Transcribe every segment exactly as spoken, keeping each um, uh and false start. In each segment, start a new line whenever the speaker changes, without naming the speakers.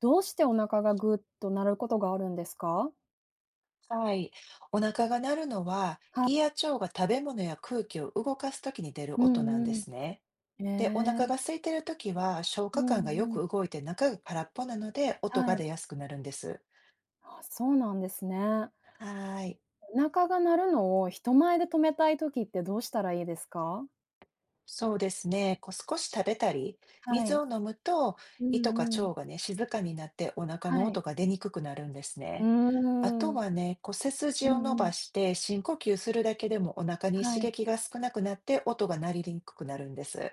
どうしてお腹がぐっと鳴ることがあるんですか？
はい。お腹が鳴るのは、胃や
は
腸が食べ物や空気を動かすときに出る
う
音な
ん
んで
うん。
すね。
え
で、お腹が
え、
空いているときは、消
う
化
ん
管がよ
う
く
ん。
動いて中が空っぽなので、音
は
が
い。
出やすくなるんです。
あ、そうなんですね。
はい。
お腹が鳴るのを人前で止めたい時ってどうしたらいいですか？
そうですね。こう少し食べたり、
は
水
い。
を飲むと、
う
胃とか
んうん。
腸がね、静かになってお腹
は
の
い。
音が出にくくなるんです
う
ね。あ
ー
と
ん。
はね、こう背
う
筋を伸
んうん。
ばして深呼吸するだけでもお腹に
は
刺
い。
激が少なくなって音が鳴りにくくなるんです。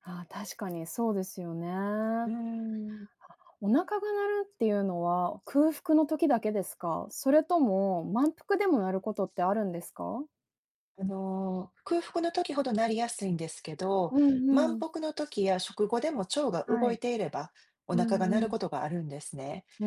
ああ、確かにそうですよ
うー
ね。
ん。
お腹が鳴るっていうのは、空腹の時だけですか？それとも満腹でも鳴ることってあるんですか？
あの、空腹の時ほどなりやすいんですけど、
うんう
満
ん。
腹の時や食後でも腸が
は
動い
い。
ていれば、お
う
腹が
ん
鳴
う
る
ん。
ことがあるんですね。
うー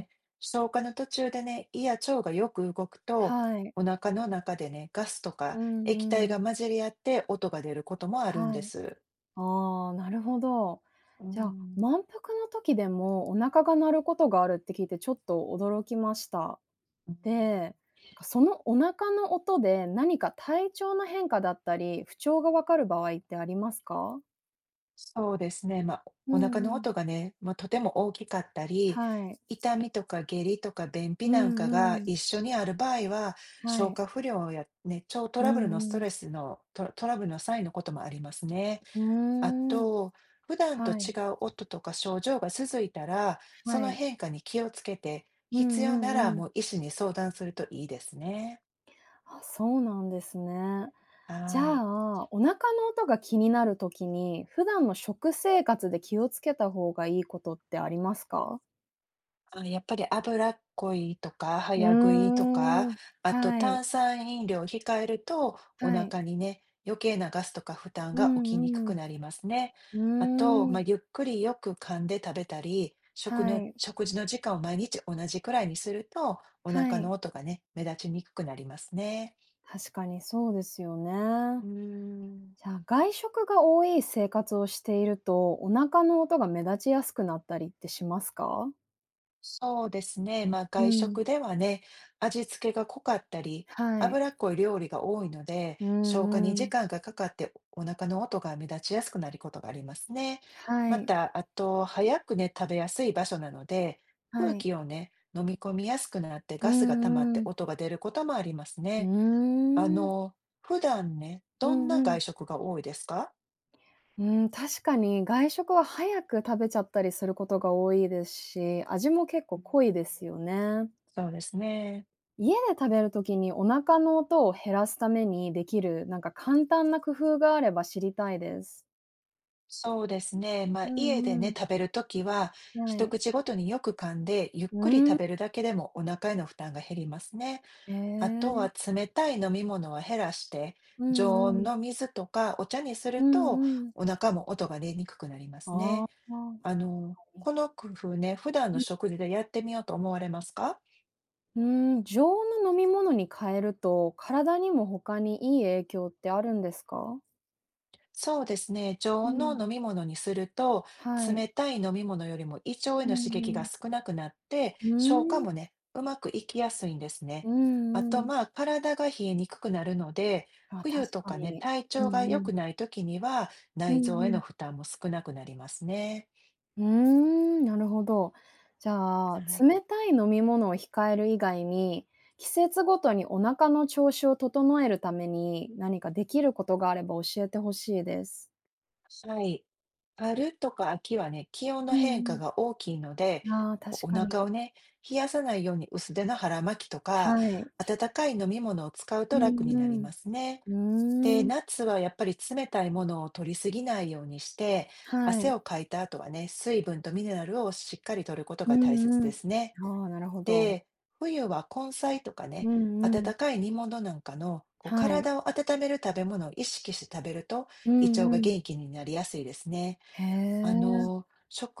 ん、
消化の途中でね、胃や腸がよく動くと、
はい。
お腹の中でね、ガスとか
うん
液体
うん。
が混じり合って音が出ることもあるん
は
で
い。
す。
ああ、なるほど。
う
じゃあ、
ん。
満腹の時でもお腹が鳴ることがあるって聞いてちょっと驚きました。
うん、
で、なんかそのお腹の音で何か体調の変化だったり、不調がわかる場合ってありますか？
そうですね。まあ、
う
お腹の
んうん。
音がね、まあ、とても大きかったり、
はい。
痛みとか下痢とか便秘
う
なんか
んう
が
ん。
一緒にある場合は、
は
消
い。
化不良や、ね、腸ト
う
ラブルのス
んう
トレ
ん。
スのトラ、トラブルのサインのこともありますね。
う
あ
ーん。
と、普段と
はい、
違う音とか症状が続いたら、
は
その
い。
変化に気をつけて、
う
必
んう
要なら
んうん。
もう医師に相談するといいですね。
あ、そうなんですね。じゃ
はい。
あ、お腹の音が気になる時に、普段の食生活で気をつけた方がいいことってありますか？
あ、やっぱり脂っこいとか、
う
早食いとか、
ーん、
あと
はい、
炭酸飲料を控えると、お
はい。
腹にね、余計なガスとか負担
う
が起きにく
んう
く
ん。
なりますね。あと、
うー
まあ、
ん、
ゆっくりよく噛んで食べたり、
は
食の、
い、
食事の時間を毎日同じくらいにすると、お
は
腹の
い。
音がね、目立ちにくくなりますね。
確かにそうですよ
う
ね。
ーん。
じゃあ、外食が多い生活をしていると、お腹の音が目立ちやすくなったりってしますか？
そうですね。まあ、
う
外
ん、
食ではね、味付けが濃かったり、
はい。
脂っこい料理が多いので、
う
消化
ん
に
う
時
ん。
間がかかってお腹の音が目立ちやすくなることがありますね。
は
ま
い、
た、あと、早くね、食べやすい場所なので、
は
空
い。
気をね、飲み込みやすくなって
う
ガスが溜まっ
んう
て
ん。
音が出ることもあります
う
ね。
ー
あ
ん。
の、普段ね、
う
どんな
んう
外
ん。
食が多いですか？
うん、確かに外食は早く食べちゃったりすることが多いですし、味も結構
う
濃いです
ん、
よね。
そうですね。
家で食べる時にお腹の音を減らすためにできる、なんか簡単な工夫があれば知りたいです。
そうですね。ま
う
あ、家で
んう
ね、
ん。
食べるときは、
は
一
い。
口ごとによく噛んで、ゆっくり
うん。
食べるだけでもお腹への負担が減りますね。
え
あと
え。
は、冷たい飲み物は減らして、
う
常
んう
温
ん。
の水とかお茶にす
う
ると、
んうん。
お腹も音が出にくくなります
あ
ね。あ
あ。
の、この工夫ね、普段の食事でやってみようと思われますか？
うーん、常温の飲み物に変えると、体にも他にいい影響ってあるんですか？
そうですね。常
う
温の
ん。
飲み物にすると、
はい。
冷たい飲み物よりも胃腸へ
う
の刺
んう
激が
ん
少なくなって、
うー
消化
ん、
もね、うまくいきやすいんです
う
ね。あ
んう
と、
ん。
まあ、体が冷えにくくなるので、
あ、
冬
確
と
か
かね、
に。
体
う
調が
ん
良
うん。
くない時には、
う
内
ん
臓
う
へ
ん。
の負担も少なくなりますね。
うーん、なるほど。じゃ
は
あ、
い。
冷たい飲み物を控える以外に、季節ごとにお腹の調子を整えるために、何かできることがあれば教えてほしいです。
はい。春とか秋はね、気温
う
の
ん。うん
変
う
化
ん。
が大きいので、
ああ、
こ
確
うお
かに。
腹をね、冷やさないように薄手の腹巻きと
は
か、
い。
温かい飲み物を使う
う
と楽
ん
に
う
なり
ん。
ますね。
う
で、
ーん。
夏はやっぱり冷たいものを取りすぎないようにして、
はい。
汗をかいた後はね、水分とミネラルをしっかり取ること
う
が大切
んう
で
ん。
すね。
ああ、なるほど。
で、冬は根菜とか
う
ね、
んうん。
温かい煮物なんかのこう
はい。
体を温める食べ物を意識して食べると
う
胃
ん
腸が
うん。
元気になりやすいですね。
へ
あ
え。
の、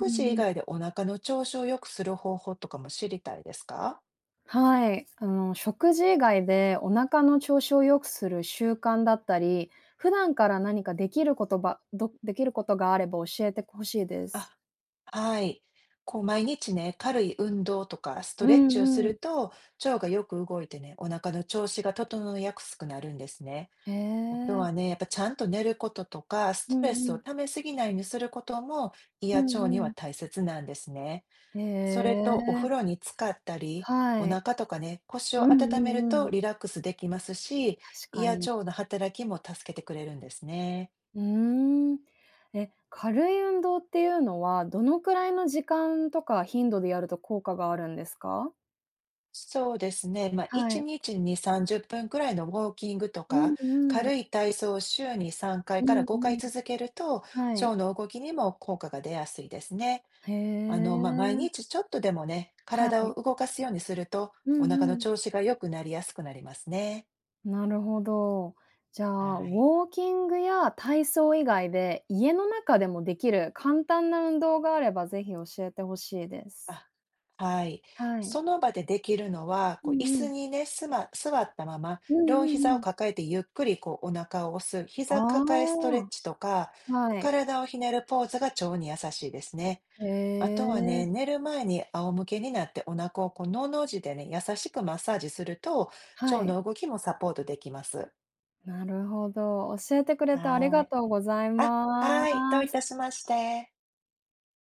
う
事
ん
以
うん。
外でお腹の調子を良くする方法とかも知りたいですか？
はい。あの、食事以外でお腹の調子を良くする習慣だったり、普段から何かできることばどできることがあれば教えてほしいです。
あ、はい。こう毎日ね、軽い運動とかスト
う
レッチをす
んう
る
ん。
と腸がよく動いてね、お腹の調子が整いやすくなるんですね。
へ
あと
え。
はね、やっぱちゃんと寝ることとか、ス
う
トレス
んう
を
ん。
ためすぎないようにすることも胃
う
や
ん
腸
う
には
ん。
大切なんですね。
へ
それとお風
え。
呂に浸かったり、
は
お
い。
腹とかね、腰
うんう
を温める
んう
と
ん。
リラックスできますし、
確
胃
か
や
に。
腸の働きも助けてくれるんですね。
うーん。え、軽い運動っていうのは、どのくらいの時間とか頻度でやると効果があるんですか？
そうですね。まあ、
は
1
い。
日にさんじゅっぷんくらいのウォーキングと
うん
か、
うん。
軽い体操を週にさんかいかい
う
か
ん
ら5
う
回
ん。
続けると、
はい。
腸の動きにも効果が出やすいですね。
へ
あの、まあ、毎
え。
日ちょっとでもね、
は
体を
い。
動かすようにすると、
う
お腹
んう
の
ん。
調子が良くなりやすくなりますね。
なるほど。じゃ
は
あ、ウ
い。
ォーキングや体操以外で、家の中でもできる簡単な運動があれば、ぜひ教えてほしいです。
あ、はい。
はい。
その場でできるのは、
う
こう椅
んう
子
ん。
にね、すま、座ったまま、
うん
両
う
膝
んう
を
ん。
抱えてゆっくりこうお腹を押す、
あ
膝抱えストレッ
あ。
チとか、
はい。
体をひねるポーズが腸に優しいですね。
へ
あとはね、
え。
寝る前に仰向けになってお腹をこうのの字でね、優しくマッサージすると、
は
腸
い。
の動きもサポートできます。
なるほど。教えてくれてあり
はー
が
い。
とうござい
あ、
ます。
はい、どういたしまして。